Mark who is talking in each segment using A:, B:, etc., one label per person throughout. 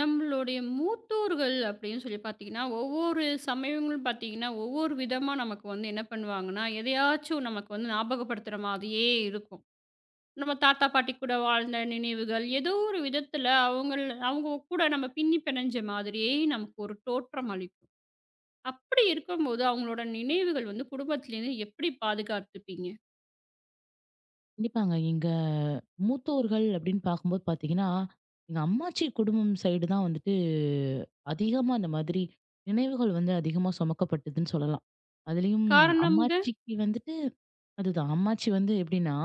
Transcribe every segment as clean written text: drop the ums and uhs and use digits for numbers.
A: நம்மளுடைய மூத்தோர்கள் அப்படின்னு சொல்லி பார்த்தீங்கன்னா, ஒவ்வொரு சமயங்களும் பார்த்தீங்கன்னா, ஒவ்வொரு விதமா நமக்கு வந்து என்ன பண்ணுவாங்கன்னா, எதையாச்சும் நமக்கு வந்து ஞாபகப்படுத்துற மாதிரியே இருக்கும். நம்ம தாத்தா, பாட்டி கூட வாழ்ந்த நினைவுகள், ஏதோ ஒரு விதத்தில அவங்க கூட நம்ம பின்னி பிணைஞ்ச மாதிரியே நமக்கு ஒரு தோற்றம் அளிக்கும். அப்படி இருக்கும்போது, அவங்களோட நினைவுகள் வந்து குடும்பத்திலேருந்து எப்படி பாதுகாத்துப்பீங்க?
B: கண்டிப்பாங்க. எங்க மூத்தோர்கள் அப்படின்னு பார்க்கும்போது பார்த்தீங்கன்னா, எங்க அம்மாச்சி குடும்பம் சைடு தான் வந்துட்டு அதிகமா இந்த மாதிரி நினைவுகள் வந்து அதிகமா சுமக்கப்பட்டதுன்னு சொல்லலாம். அதுலயும்
A: காரணம்ங்க.
B: அம்மாச்சிக்கு வந்துட்டு அதுதான் அம்மாச்சி வந்து எப்படின்னா,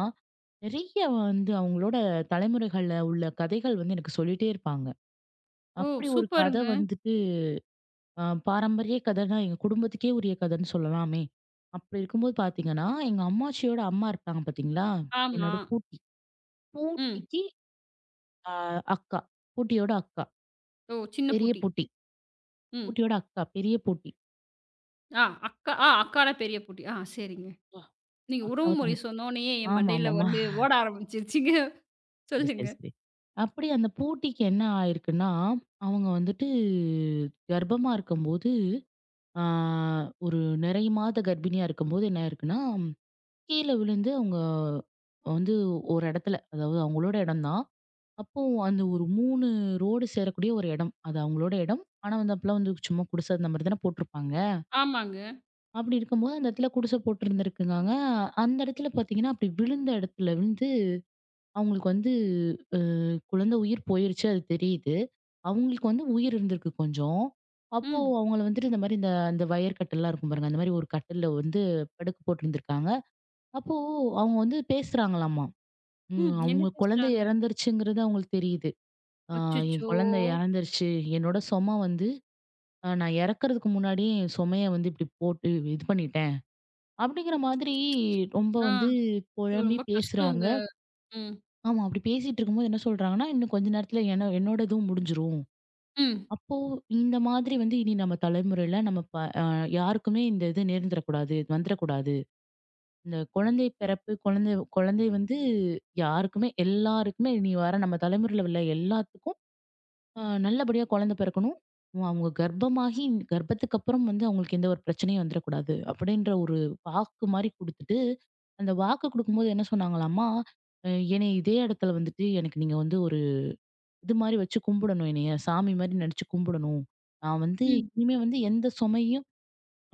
B: நெறைய வந்து அவங்களோட தலைமுறைகள்ல உள்ள கதைகள் வந்து எனக்கு சொல்லிட்டே இருப்பாங்க.
A: ஓ!
B: அப்படி ஒரு கதை
A: சூப்பருங்க.
B: வந்துட்டு பாரம்பரிய கதைன்னா எங்க குடும்பத்துக்கே உரிய கதைன்னு சொல்லலாமே. அப்படி இருக்கும்போது பார்த்தீங்கன்னா, எங்க அம்மாச்சியோட அம்மா இருப்பாங்க பார்த்தீங்களா?
A: ஆமா.
B: என்னோட
A: ம்.
B: பூட்டிக்கு அ அக்கா. பூட்டியோட அக்கா.
A: ஓ! சின்ன
B: பெரிய
A: பூட்டி.
B: பூட்டி.
A: ம்.
B: பூட்டியோட அக்கா. பெரிய பூட்டி.
A: ஆ அக்கா ஆ அக்கானா பெரிய பூட்டி. ஆ சரிங்க.
B: ஆ.
A: நீங்க
B: அக்காவ
A: உறவுமுறை
B: தங்கச்சி.
A: சொன்னோனயே என் மண்டையில
B: ஆமாமாமா.
A: வந்து ஓட ஆரம்பிச்சிருச்சுங்க.
B: சரி,
A: சொல்லுங்க.
B: சரி, சரி. அப்படி அந்த பூட்டிக்கு என்ன ஆயிருக்குன்னா, அவங்க வந்துட்டு கர்ப்பமா இருக்கும்போது, ஆ ஒரு நிறைய மாத கர்ப்பிணியா இருக்கும்போது என்ன ஆயிருக்குன்னா, கீழ விழுந்து அவங்க வந்து ஒரு இடத்துல, அதாவது அவங்களோட இடம் தான். அப்போ அந்த ஒரு 3 ரோடு சேரக்கூடிய ஒரு இடம். அது அவங்களோட இடம். ஆனா வந்து அப்பலாம் வந்து சும்மா குடிசை அந்த மாதிரி தானே போட்டிருப்பாங்க.
A: ஆமாங்க.
B: அப்படி இருக்கும்போது அந்த இடத்துல குடிசை போட்டிருந்திருக்குங்கங்க. அந்த இடத்துல பார்த்தீங்கன்னா, அப்படி விழுந்த இடத்துல வந்து அவங்களுக்கு வந்து அ குழந்தை உயிர் போயிருச்சு அது தெரியுது. அவங்களுக்கு வந்து உயிர் இருந்திருக்கு கொஞ்சம். அப்போ
A: ம்.
B: அவங்கள வந்துட்டு இந்த மாரி அந்த வயர் கட்டில்லாம் இருக்கும் பாருங்க. அந்த மாரி ஒரு கட்டில்ல வந்து படுக்க போட்டிருந்திருக்காங்க. அப்போ அவங்க வந்து பேசுறாங்களாமா. ம்.
A: ம். என்ன
B: அவங்க குழந்தை
A: பேசுறாங்க?
B: இறந்துருச்சுங்கிறது அவங்களுக்கு தெரியுது. "ஆ என்
A: அச்சச்சோ!
B: குழந்தை இறந்துருச்சு. என்னோட சுமை வந்து நான் இறக்கறதுக்கு முன்னாடியே என் சுமைய வந்து இப்படி போட்டு இது பண்ணிட்டேன்." அப்படிங்கிற மாதிரி ரொம்ப
A: ஆ,
B: வந்து
A: இது
B: புழம்பி
A: ரொம்ப கஷ்டங்க.
B: பேசுறாங்க.
A: ம்.
B: ஆமா. அப்படி பேசிட்டு இருக்கும்போது என்ன சொல்றாங்கன்னா, "இன்னும் கொஞ்ச நேரத்துல என்னோட இதுவும் முடிஞ்சிரும்.
A: ம்.
B: அப்போ இந்த மாதிரி வந்து இனி நம்ம தலைமுறையில நம்ம ப அ யாருக்குமே இந்த இது நேர்ந்துறக்கூடாது, வந்துறக்கூடாது. இந்த குழந்தை பிறப்பு, குழந்தை குழந்தை வந்து யாருக்குமே எல்லாருக்குமே இனி வர நம்ம தலைமுறையில உள்ள எல்லாத்துக்கும் நல்லபடியா குழந்தை பிறக்கணும். உம், அவங்க கர்ப்பமாகி கர்ப்பத்துக்கு அப்புறம் வந்து அவங்களுக்கு எந்த ஒரு பிரச்சனையும் வந்துடக்கூடாது. அப்படின்ற ஒரு வாக்கு மாரி குடுத்துட்டு, அந்த வாக்கு குடுக்கும்போது என்ன சொன்னாங்களாமா, அ என்னைய இதே இடத்துல வந்துட்டு எனக்கு நீங்க வந்து ஒரு இது மாரி வச்சு கும்பிடணும். என்னைய சாமி மாரி நெனச்சு கும்பிடணும். நான் வந்து
A: ம்.
B: இனிமே வந்து எந்த சுமையும்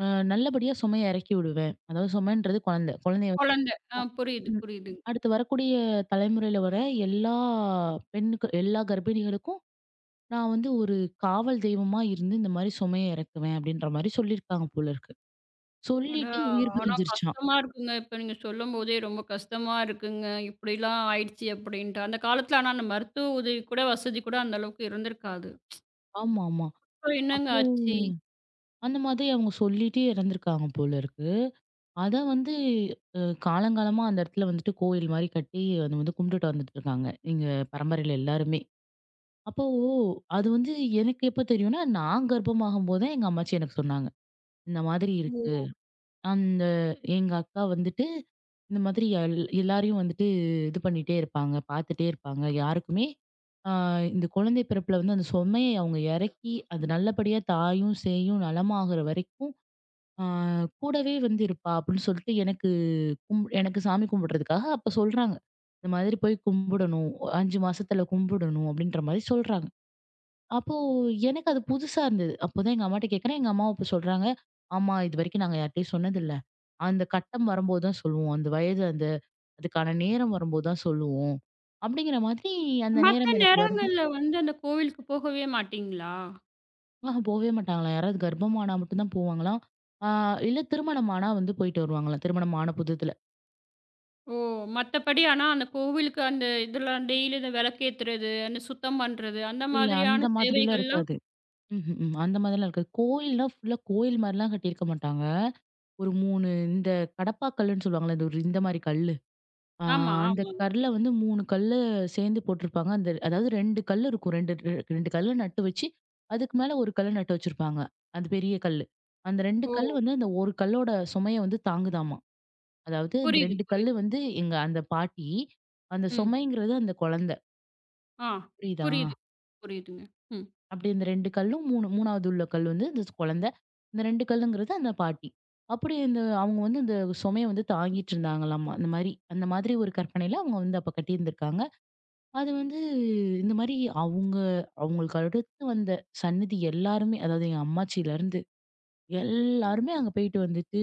B: அ நல்லபடியா சுமைய இறக்கி விடுவேன். அதாவது சுமைன்றது குழந்தை. குழந்தைய வந்து
A: குழந்தை. ஆ, புரியுது, புரியுதுங்க.
B: அடுத்து வரக்கூடிய தலைமுறையில வர எல்லா பெண்ணுக்கு எல்லா கர்ப்பிணிகளுக்கும் நான் வந்து ஒரு காவல் தெய்வமா இருந்து இந்த மாரி சுமைய இறக்குவேன் அப்படின்ற மாரி சொல்லியிருக்காங்க போல இருக்கு.
A: அட!
B: சொல்லிட்டு உயிர்
A: ஆனா
B: பிரிஞ்சிருச்சாம்.
A: கஷ்டமா இருக்குங்க. இப்ப நீங்க சொல்லும்போதே ரொம்ப கஷ்டமா இருக்குங்க. இப்படிலாம் ஆயிடுச்சு அப்படின்ட்டு. அந்த காலத்துல ஆனா அந்த மருத்துவ உதவி கூட வசதி கூட அந்த அளவுக்கு இருந்திருக்காது.
B: ஆமா, ஆமா.
A: அப்புறம் என்னங்க
B: அப்போ
A: ஆச்சு?
B: அந்த மாதிரி அவங்க சொல்லிட்டே இறந்திருக்காங்க போல இருக்கு. அத வந்து அ காலங்காலமா அந்த இடத்துல வந்துட்டு கோயில் மாரி கட்டி அத வந்து கும்பிட்டுட்டு வந்துட்டு இருக்காங்க. எங்க பரம்பரையில எல்லாருமே. அப்போ அது வந்து எனக்கு எப்ப தெரியும்னா, நான் கர்ப்பமாகும்போது தான் எங்க அம்மாச்சி எனக்கு சொன்னாங்க. இந்த மாதிரி இருக்கு. அந்த எங்க அக்கா வந்துட்டு இந்த மாதிரி எல்லாரையும் வந்துட்டு இது பண்ணிட்டே இருப்பாங்க, பார்த்துட்டே இருப்பாங்க. யாருக்குமே ஆ இந்த குழந்தை பிறப்புல வந்து அந்த சுமைய அவங்க இறக்கி, அது நல்லபடியா தாயும், சேயும் நலமாகுற வரைக்கும் ஆ கூடவே வந்து இருப்பா! அப்படின்னு சொல்லிட்டு எனக்கு எனக்கு சாமி கும்பிடுறதுக்காக அப்ப சொல்றாங்க. இந்த மாதிரி போய் கும்பிடணும். 5 மாசத்துல கும்பிடணும் அப்படின்ற மாரி சொல்றாங்க. அப்போ எனக்கு அது புதுசா இருந்தது. அப்போதான் எங்க அம்மாட்ட கேட்கிறேன். எங்க அம்மாவும் அப்ப சொல்றாங்க, "ஆமா, இதுவரைக்கும் நாங்க யார்ட்டயும் சொன்னதில்ல. அந்த கட்டம் வரும்போது தான் சொல்லுவோம். அந்த வயது அந்த அதுக்கான நேரம் வரும்போது தான் சொல்லுவோம். அப்படிங்கிற மாதிரி அந்த
A: மத்த
B: நேரம் எனக்கு வருது.
A: நேரங்கள்ல வந்து அந்த கோவிலுக்கு போகவே மாட்டீங்களா?
B: ஆஹா போவே மாட்டாங்களாம். யாராவது கர்ப்பமானா மட்டும் தான் போவாங்களாம். ஆ இல்ல திருமணம் ஆனா வந்து போயிட்டு வருவாங்களாம். திருமணம் ஆன புதுத்துல.
A: ஓ! மத்தபடி ஆனா அந்த கோவிலுக்கு அந்த இதெல்லாம் டெய்லி இந்த விளக்கேத்துறது, அந்த சுத்தம் பண்றது, அந்த
B: இல்ல அந்த
A: மாதிரியான
B: மாதிரிலாம்
A: சேவைகள்லாம்.
B: இருக்காது. ம்ஹ்ம். ம். அந்த மாதிரிலாம் இருக்காது. கோயில்லாம் ஃபுல்லா கோயில் மாரிலாம் கட்டியிருக்க மாட்டாங்க. ஒரு 3 இந்த கடப்பாக்கல்லுன்னு சொல்லுவாங்கல்ல. இந்த ஒரு இந்த மாரி கல்லு. ஆ
A: ஆமா,
B: அந்த
A: ஆமா.
B: கல்ல வந்து 3 கல்லு சேர்ந்து போட்டிருப்பாங்க. அந்த அதாவது 2 கல் இருக்கும். 2 கல்ல நட்டு வச்சு, அதுக்கு மேல 1 கல்ல நட்டு வச்சிருப்பாங்க. அது பெரிய கல்லு. அந்த 2 கல்
A: ஓ!
B: வந்து அந்த 1 கல்லோட சுமைய வந்து தாங்குதாமா. அதாவது இந்த
A: புரியுது,
B: 2 கல்லு
A: புரியுது.
B: வந்து எங்க அந்த பாட்டி, அந்த
A: ம்.
B: சுமைங்கிறது அந்த குழந்தை.
A: ஆ.
B: புரியுதா?
A: புரியுது. புரியுதுங்க. ம்.
B: அப்படி இந்த 2 கல்லும் 3 3வது உள்ள கல் வந்து இந்த குழந்தை. இந்த 2 கல்லுங்கிறது அந்த பாட்டி. அப்படி இந்த அவங்க வந்து இந்த சுமைய வந்து தாங்கிட்டு இருந்தாங்களாமா. அந்த மாரி அந்த மாதிரி ஒரு கற்பனையில அவங்க வந்து அப்ப கட்டியிருந்திருக்காங்க. அது வந்து இந்த மாரி அவங்க அவங்களுக்கு அடுத்து வந்த சன்னதி எல்லாருமே, அதாவது எங்க அம்மாச்சிலருந்து எல்லாருமே அங்க போயிட்டு வந்துட்டு,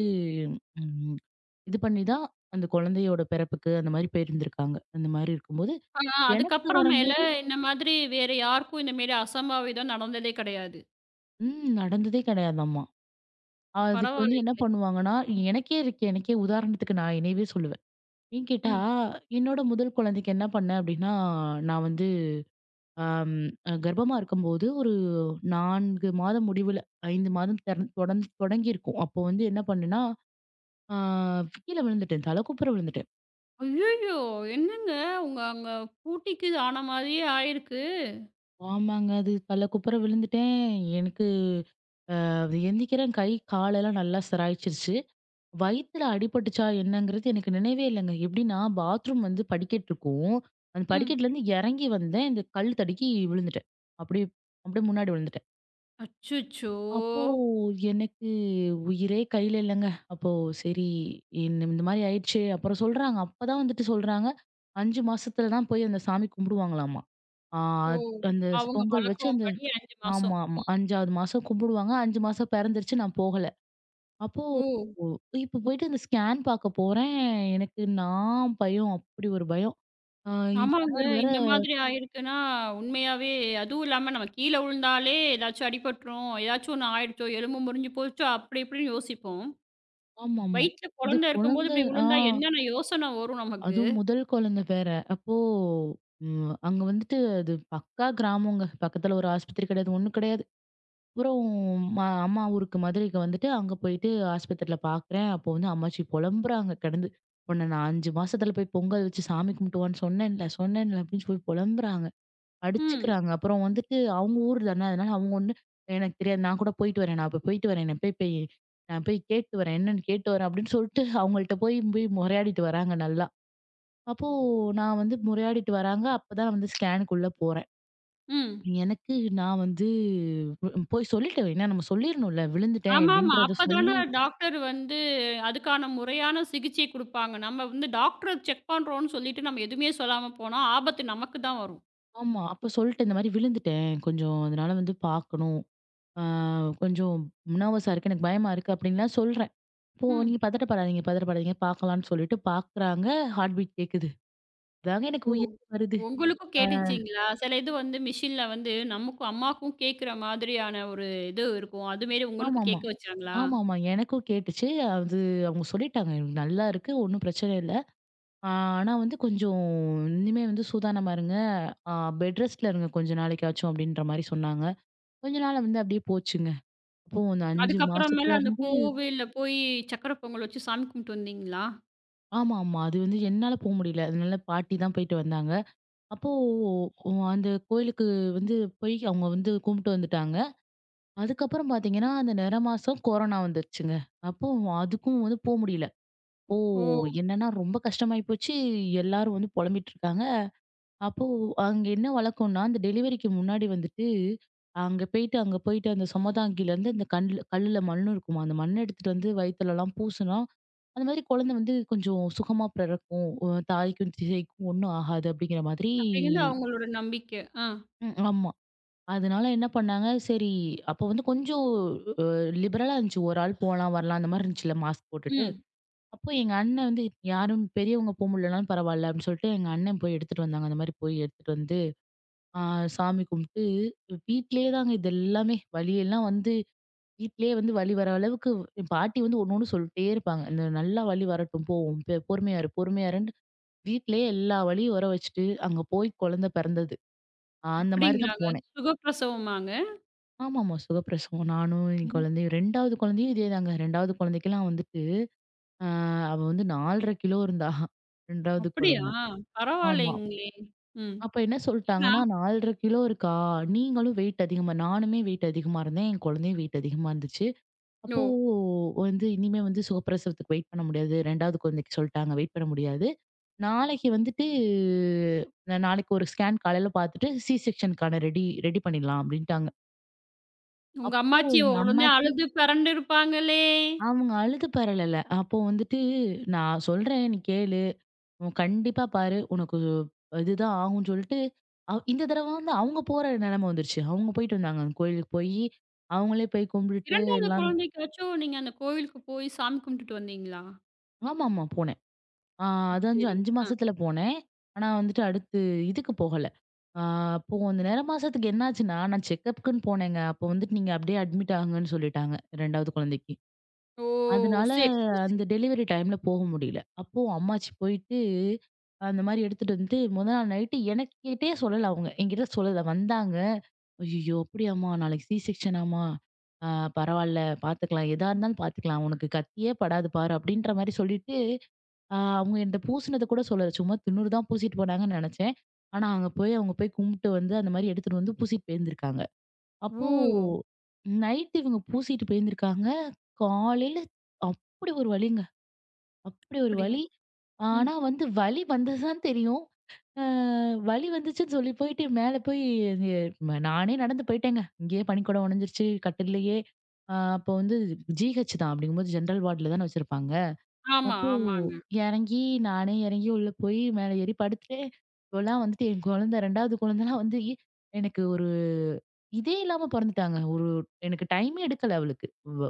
B: ம் இது பண்ணி தான் அந்த குழந்தையோட பிறப்புக்கு அந்த மாரி போயிருந்திருக்காங்க. அந்த மாரி இருக்கும்போது,
A: ஆனா
B: எனக்கு
A: அதுக்கப்புறமேல
B: வரும்போது
A: இந்த மாதிரி வேற யாருக்கும் இந்த மாரி அசம்பாவிதம் நடந்ததே கிடையாது.
B: ம் நடந்ததே கிடையாதாம்மா. அதுக்கு வந்து என்ன
A: பரவாயில்லைங்க.
B: பண்ணுவாங்கன்னா, எனக்கே இருக்கு. எனக்கே உதாரணத்துக்கு நான் என்னையவே சொல்லுவேன். ஏன் கேட்டா,
A: ம்.
B: என்னோட முதல் குழந்தைக்கு என்ன பண்ணேன் அப்டின்னா, நான் வந்து ஆம், அ கர்ப்பமா இருக்கும்போது ஒரு 4 மாதம் முடிவுல 5 மாதம் தெர தொடந் தொடங்கியிருக்கும். அப்போ வந்து என்ன பண்ணேன்னா, ஆ கீழ விழுந்துட்டேன். தலை குப்புற விழுந்துட்டேன்.
A: ஐய்யய்யோ! என்னங்க உங்க அங்க பூட்டிக்கு ஆன மாதிரியே ஆயிருக்கு.
B: ஆமாங்க. அது தலை குப்புற விழுந்துட்டேன். எனக்கு அது எந்திக்கிறேன் கை, காலெல்லாம் நல்லா சிராய்ச்சிருச்சு. வயித்துல அடிபட்டுச்சா என்னங்கிறது எனக்கு நினைவே இல்லங்க. எப்படின்னா, பாத்ரூம் வந்து படிக்கட்டு இருக்கும். அந்த
A: ம்.
B: படிக்கட்டுலேருந்து இறங்கி வந்தேன். இந்த கல் தடுக்கி விழுந்துட்டேன். அப்படியே அப்படியே முன்னாடி விழுந்துட்டேன்.
A: அச்சச்சோ!
B: அப்போ எனக்கு உயிரே கையில இல்லங்க. அப்போ சரி இந்த இந்த மாரி ஆயிடுச்சு. அப்புறம் சொல்றாங்க. அப்பதான் வந்துட்டு சொல்றாங்க. 5 மாசத்துல தான் போய் அந்த சாமி கும்பிடுவாங்களாமா. ஆ
A: ஓ!
B: அந்த
A: அவங்க
B: பொங்கல் வச்சு
A: வழக்கம்
B: அந்த
A: படி 5 மாசம்.
B: ஆமா, ஆமா.
A: ம்.
B: 5வது மாசம் கும்பிடுவாங்க. 5 மாசம் பிறந்துருச்சு. நான் போகல. அப்போ
A: ஓ!
B: இப்ப போயிட்டு அந்த ஸ்கேன் பார்க்க போறேன். நான் பயம். அப்படி ஒரு பயம். ஆ என்
A: ஆமாங்க.
B: கணவர் வேற
A: இந்த மாதிரி ஆயிருக்குன்னா, உண்மையாவே அதுவும் இல்லாம நம்ம கீழ விழுந்தாலே ஏதாச்சும் அடிபட்டுரும், ஏதாச்சும் ஒண்ணு ஆயிடுச்சோ, எலும்பு முறிஞ்சு போச்சோ, அப்படி இப்படின்னு யோசிப்போம்.
B: ஆமாமா.
A: வயித்துல
B: அது
A: குழந்தை இருக்கும்போது
B: குழந்தை
A: இப்படி
B: ஆ.
A: விழுந்தா என்னென்ன யோசனை வரும் நமக்கு?
B: அதுவும் முதல் குழந்தை வேற. அப்போ அங்க வந்துட்டு அது பக்கா கிராமங்க. பக்கத்துல ஒரு ஆஸ்பத்திரி கிடையாது, ஒண்ணும் கிடையாது. அப்புறம் ம அம்மா ஊருக்கு மதுரைக்கு வந்துட்டு, அங்க போயிட்டு ஆஸ்பத்திரியில பார்க்குறேன். அப்போ வந்து அம்மாச்சி புலம்புறாங்க கிடந்து. "உன்ன நான் 5 மாசத்துல போய் பொங்கல் வச்சு சாமி கும்பிட்டுவான்னு சொன்னேன்ல, சொன்னேன்ல" அப்படின்னு சொல்லி புலம்புறாங்க.
A: ம்,
B: அடிச்சுக்கிறாங்க. அப்புறம் வந்துட்டு அவங்க ஊர் தானே, அதனால அவங்க ஒண்ணு "எனக்கு தெரியாது. நான் கூட போயிட்டு வரேன். நான் இப்ப போயிட்டு வரேன். நான் போய் கேட்டு வரேன். என்னன்னு கேட்டு வரேன்" அப்படின்னு சொல்லிட்டு அவங்கள்ட்ட போய் போய் முறையாடிட்டு வராங்க நல்லா. அப்போ நான் வந்து முறையாடிட்டு வராங்க. அப்பதான் நான் வந்து ஸ்கேனுக்குள்ள போறேன்.
A: ம்.
B: எனக்கு நான் வந்து போய் சொல்லிட்டேன். ஏன்னா நம்ம சொல்லிரணும்ல. விழுந்துட்டேன்
A: ஆமாமா.
B: அப்படின்றத
A: அப்பதானே
B: சொல்லி
A: டாக்டர் வந்து அதுக்கான முறையான சிகிச்சை குடுப்பாங்க. நம்ம வந்து டாக்டர செக் பண்றோம்ன்னு சொல்லிட்டு நம்ம எதுவுமே சொல்லாம போனா, ஆபத்து நமக்கு தான் வரும்.
B: ஆமா. அப்ப சொல்லிட்டேன். இந்த மாதிரி விழுந்துட்டேன். கொஞ்சம் அதனால வந்து பார்க்கணும். ஆ கொஞ்சம் நர்வஸா இருக்கு. எனக்கு பயமா இருக்கு அப்படின்லாம் சொல்றேன். அப்போ
A: ம்.
B: நீங்க பதட்டப்படாதீங்க, பதட்டப்படாதீங்க பார்க்கலாம்னு சொல்லிட்டு பார்க்குறாங்க. ஹார்ட் பீட் கேட்குது. அதாங்க எனக்கு
A: ஓ!
B: உயிர் வருது.
A: உங்களுக்கும்
B: ஆ
A: கேட்டுச்சுங்களா? சில இது வந்து மிஷின்ல வந்து நமக்கும் அம்மாக்கும் கேட்கிற மாதிரியான ஒரு இது இருக்கும். அதுமாரி உங்களுக்கு
B: ஆமாமா.
A: கேட்க வச்சாங்களா?
B: ஆமாமா. எனக்கும் கேட்டுச்சு. அது அவங்க சொல்லிட்டாங்க. "எனக்கு "நல்லா இருக்கு. ஒண்ணும் பிரச்சனை இல்ல." ஆ, ஆனா வந்து கொஞ்சம் இனிமே வந்து சூதானமா இருங்க. ஆ பெட் ரெஸ்ட்ல இருங்க கொஞ்ச நாளைக்காச்சும் அப்படின்ற மாரி சொன்னாங்க. கொஞ்ச நாள்ல வந்து அப்படியே போச்சுங்க. அப்போ அந்த 5
A: அதுக்கப்புறமேல
B: மாசத்துல
A: அந்த
B: இருந்து
A: கோவில்ல போய் சக்கர பொங்கல் வச்சு சாமி கும்பிட்டு வந்தீங்களா?
B: ஆமா, ஆமா. அது வந்து என்னால போ முடியல. அதனால பாட்டி தான் போயிட்டு வந்தாங்க. அப்போ அந்த கோயிலுக்கு வந்து போய் அவங்க வந்து கும்பிட்டு வந்துட்டாங்க. அதுக்கப்புறம் பாத்தீங்கன்னா, அந்த நிற மாசம் கொரோனா வந்துருச்சுங்க. அப்போ அதுக்கும் வந்து போ முடியல. அப்போ
A: ஓ!
B: என்னன்னா ரொம்ப கஷ்டமாயி போச்சு. எல்லாரும் வந்து புலம்பிட்டு இருக்காங்க. அப்போ அங்க என்ன வழக்கம்னா, அந்த டெலிவரிக்கு முன்னாடி வந்துட்டு, அங்க போயிட்டு அந்த சுமதாங்கிலருந்து அந்த கண்ல கல்லுல மண் இருக்குமா, அந்த மண்ண எடுத்துட்டு வந்து வயித்துலலாம் பூசுனா, அந்த மாதிரி குழந்தை வந்து கொஞ்சம் சுகமா பிறக்கும். தாய்க்கும், சேய்க்கும் ஒண்ணும் ஆகாது அப்படிங்கிற மாதிரி
A: அப்படிங்கிறது அவங்களோட நம்பிக்கை. ஆ.
B: ம். ஆமா. அதனால என்ன பண்ணாங்க, சரி அப்போ வந்து கொஞ்சம் அ லிபரலா இருந்துச்சு. ஒரு ஆள் போலாம், வரலாம் அந்த மாரி இருந்துச்சுல்ல மாஸ்க் போட்டுட்டு.
A: ம்.
B: அப்போ எங்க அண்ணன் வந்து யாரும் பெரியவங்க போ முடியலனாலும் பரவாயில்ல அப்படின்னு சொல்லிட்டு, எங்க அண்ணன் போய் எடுத்துட்டு வந்தாங்க. அந்த மாரி போய் எடுத்துட்டு வந்து ஆ சாமி கும்பிட்டு வீட்லயே தாங்க இது எல்லாமே. வலியெல்லாம் வந்து வீட்லயே வந்து வலி வர அளவுக்கு என் பாட்டி வந்து ஒண்ணு ஒண்ணு சொல்ட்டே இருப்பாங்க. இந்த நல்லா வலி வரட்டும் போ. பொறுமையா இரு, பொறுமையா இருன்னு வீட்லயே எல்லா வலியும் வர வச்சுட்டு, அங்க போய் குழந்தை பிறந்தது. ஆ, அந்த மாரி தான்
A: அப்படிங்களாங்க.
B: போனேன்.
A: சுகப்பிரசவமாங்க?
B: ஆமாமா. சுகப்பிரசவம் நானும் என்
A: ம்.
B: குழந்தையும் 2வது குழந்தையும் இதே தாங்க. 2வது குழந்தைக்கெல்லாம் வந்துட்டு, ஆ அவ வந்து 4 1/2 கிலோ இருந்தா. 2வது
A: அப்படியா?
B: குழந்த. ஆமா.
A: பரவாயில்லைங்களே! ம்.
B: அப்ப என்ன
A: ஏன்னா
B: சொல்ட்டாங்கன்னா, 4 1/2 கிலோ இருக்கா? நீங்களும் வெயிட் அதிகமா நானுமே வெயிட் அதிகமா இருந்தேன். என் குழந்தையும் வெயிட் அதிகமா இருந்துச்சு.
A: ஓ!
B: அப்போ வந்து இனிமே வந்து சுகப்பிரசவத்துக்கு வெயிட் பண்ண முடியாது. 2வது குழந்தைக்கு சொல்ட்டாங்க, வெயிட் பண்ண முடியாது. நாளைக்கு வந்துட்டு நாளைக்கு ஒரு ஸ்கேன் காலையில பார்த்துட்டு, செக்ஷனுக்கான ரெடி ரெடி பண்ணிடலாம் அப்படின்ட்டாங்க.
A: உங்க
B: அப்போ
A: அம்மாச்சி
B: எங்க
A: உடனே
B: அம்மாச்சி
A: அழுது பெரண்டு இருப்பாங்களே!
B: அவங்க அழுது பரளல. அப்போ வந்துட்டு நான் சொல்றேன் நீ கேளு. "உன் கண்டிப்பா பாரு. உனக்கு இதுதான் ஆகும்ன்னு" சொல்லிட்டு, அவ் இந்த தடவ வந்து அவங்க போற நெலைம வந்துருச்சு. அவங்க போயிட்டு வந்தாங்க. அந்த கோயிலுக்கு போயி, அவங்களே போய் கும்பிட்டுட்டு
A: 2வது
B: எல்லாம்
A: குழந்தைக்காச்சும் நீங்க அந்த கோவிலுக்கு போய் சாமி கும்பிட்டுட்டு வந்தீங்களா?
B: ஆமாமா போனேன். ஆ அது 5,
A: சரிங்க.
B: 5
A: ஆ.
B: மாசத்துல போனேன். ஆனா வந்துட்டு அடுத்து இதுக்கு போகல. ஆ அப்போ அந்த நிற மாசத்துக்கு என்னாச்சுன்னா, நான் செக்கப்க்குன்னு போனேங்க. அப்போ வந்துட்டு, "நீங்க அப்படியே அட்மிட் ஆகுங்கன்னு" சொல்லிட்டாங்க 2வது குழந்தைக்கு.
A: ஓ!
B: அதனால
A: சரி, சரி, சரி.
B: அந்த டெலிவரி டைம்ல போக முடியல. அப்போ அம்மாச்சி போயிட்டு, அந்த மாரி எடுத்துட்டு வந்து முத நாள் நைட்டு எனக்கிட்டயே சொல்லல அவங்க. என்கிட்ட சொல்லல. வந்தாங்க. "ஐயய்யோ! அப்படியாம்மா? நாளைக்கு சி செக்ஷனாம்மா? ஆ பரவால்ல பார்த்துக்கலாம். எதா இருந்தாலும் பார்த்துக்கலாம். உனக்கு கத்தியே படாது பாரு." அப்படின்ற மாரி சொல்லிட்டு, அவங்க என்ட்ட பூசுனத கூட சொல்லல. சும்மா திண்ணூறு தான் பூசிட்டு போனாங்கன்னு நெனச்சேன். ஆனா அங்க போய் அவங்க போய் கும்பிட்டு வந்து, அந்த மாரி எடுத்துட்டு வந்து பூசிட்டு போயிருந்திருக்காங்க. அப்போ
A: ஓ!
B: நைட் இவங்க பூசிட்டு போயிருந்திருக்காங்க. காலையில அப்படி ஒரு வலிங்க. அப்படி ஒரு
A: அப்படியா?
B: வலி.
A: ம்.
B: ஆனா வந்து வலி வந்தது தான் தெரியும். அ வலி வந்துச்சுன்னு சொல்லி போயிட்டு மேல போய் அது நானே நடந்து போயிட்டேங்க. இங்கேயே பனிக்கூடம் உடைஞ்சிருச்சு கட்டில்லயே. அப்போ வந்து ஜிஹெச் தான். அப்படிங்கும்போது ஜென்ரல் வார்டுல தானே வச்சிருப்பாங்க.
A: ஆமா,
B: அப்போ
A: ஆமாங்க.
B: இறங்கி நானே இறங்கி உள்ள போய் மேல ஏறி படுத்துட்டேன். இப்போலாம் வந்துட்டு என் குழந்தை 2வது குழந்தைலாம் வந்து எனக்கு ஒரு இதே இல்லாம பொறந்துட்டாங்க. ஒரு எனக்கு டைமே எடுக்கல அவளுக்கு. வ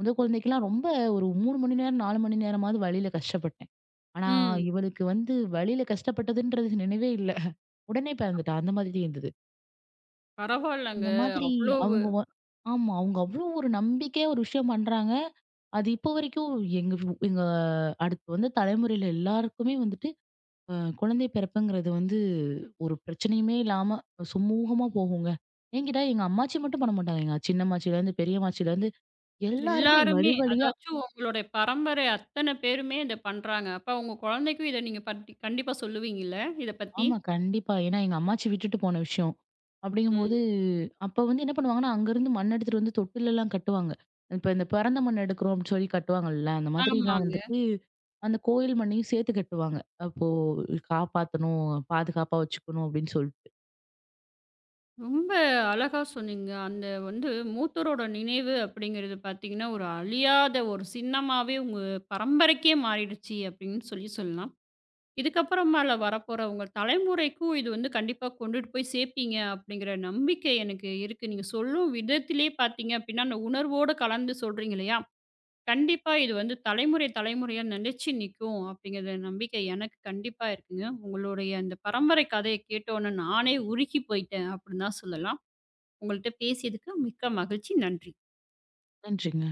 B: முதல் குழந்தைக்கெல்லாம் ரொம்ப ஒரு 3 மணி நேரம், 4 மணி நேரமாவது வழியில கஷ்டப்பட்டேன். ஆனா
A: ம்.
B: இவளுக்கு வந்து வழியில கஷ்டப்பட்டதுன்றது நினைவே இல்ல. உடனே பிறந்துட்டா. அந்த மாதிரி இருந்தது.
A: பரவால்லங்க.
B: இந்த மாதிரி
A: அவ்வளவு
B: அவங்க ஆமா. அவங்க அவ்ளோ ஒரு நம்பிக்கையா ஒரு விஷயம் பண்றாங்க. அது இப்போ வரைக்கும் எங்க எங்க அடுத்து வந்த தலைமுறையில எல்லாருக்குமே வந்துட்டு குழந்தை பிறப்புங்கிறது வந்து ஒரு பிரச்சனையுமே இல்லாம சுமூகமா போகுங்க. என்கிட்ட எங்க அம்மாச்சி மட்டும் பண்ண மாட்டாங்க. எங்க சின்னம்மாச்சிலேருந்து, பெரியம்மாச்சிலேருந்து எல்லாருமே
A: எல்லாருமே,
B: வழி வழியா
A: அதாச்சும் உங்களுடைய பரம்பரை அத்தன பேருமே இத பண்றாங்க. அப்ப உங்க குழந்தைக்கும் இத நீங்க பத்தி கண்டிப்பா சொல்லுவீங்கல்ல? இத பத்தி?
B: ஆமா கண்டிப்பா. ஏன்னா எங்க அம்மாச்சி விட்டுட்டு போன விஷயம்.
A: ம்.
B: அப்படிங்கும்போது அப்ப வந்து என்ன பண்ணுவாங்கன்னா, அங்கருந்து மண் எடுத்துட்டு வந்து தொட்டிலெல்லாம் கட்டுவாங்க. இப்ப இந்த பிறந்த மண் எடுக்கிறோம் அப்படின்னு சொல்லி கட்டுவாங்கல்ல, அந்த மாதிரிலாம்
A: ஆமாங்க.
B: வந்துட்டு அந்த கோயில் மண்ணையும் சேர்த்து கட்டுவாங்க. அப்போ காப்பாத்தணும், பாதுகாப்பா வச்சுக்கணும் அப்படின்னு சொல்லிட்டு.
A: ரொம்ப அழகா சொன்னீங்க. அந்த வந்து மூத்தோரோட நினைவு அப்படிங்கிறது பார்த்தீங்கன்னா, ஒரு அழியாத ஒரு சின்னமாவே உங்க பரம்பரைக்கே மாறிடுச்சு அப்படின்னு சொல்லி சொல்லலாம். இதுக்கப்புறமால வரப்போற உங்க தலைமுறைக்கும் இது வந்து கண்டிப்பா கொண்டுட்டு போய் சேர்ப்பீங்க அப்படிங்கிற நம்பிக்கை எனக்கு இருக்கு. நீங்க சொல்லும் விதத்திலே பார்த்தீங்க அப்படின்னா, அந்த உணர்வோடு கலந்து சொல்றீங்க இல்லையா? கண்டிப்பா இது வந்து தலைமுறை, தலைமுறையா நிலைச்சு நிக்கும் அப்படிங்கிற நம்பிக்கை எனக்கு கண்டிப்பா இருக்குங்க. உங்களுடைய அந்த பரம்பரை கதைய கேட்டோனே நானே உருகி போயிட்டேன் அப்படின்னு தான் சொல்லலாம். உங்கள்ட்ட பேசியதுக்கு மிக்க மகிழ்ச்சி. நன்றி.
B: நன்றிங்க.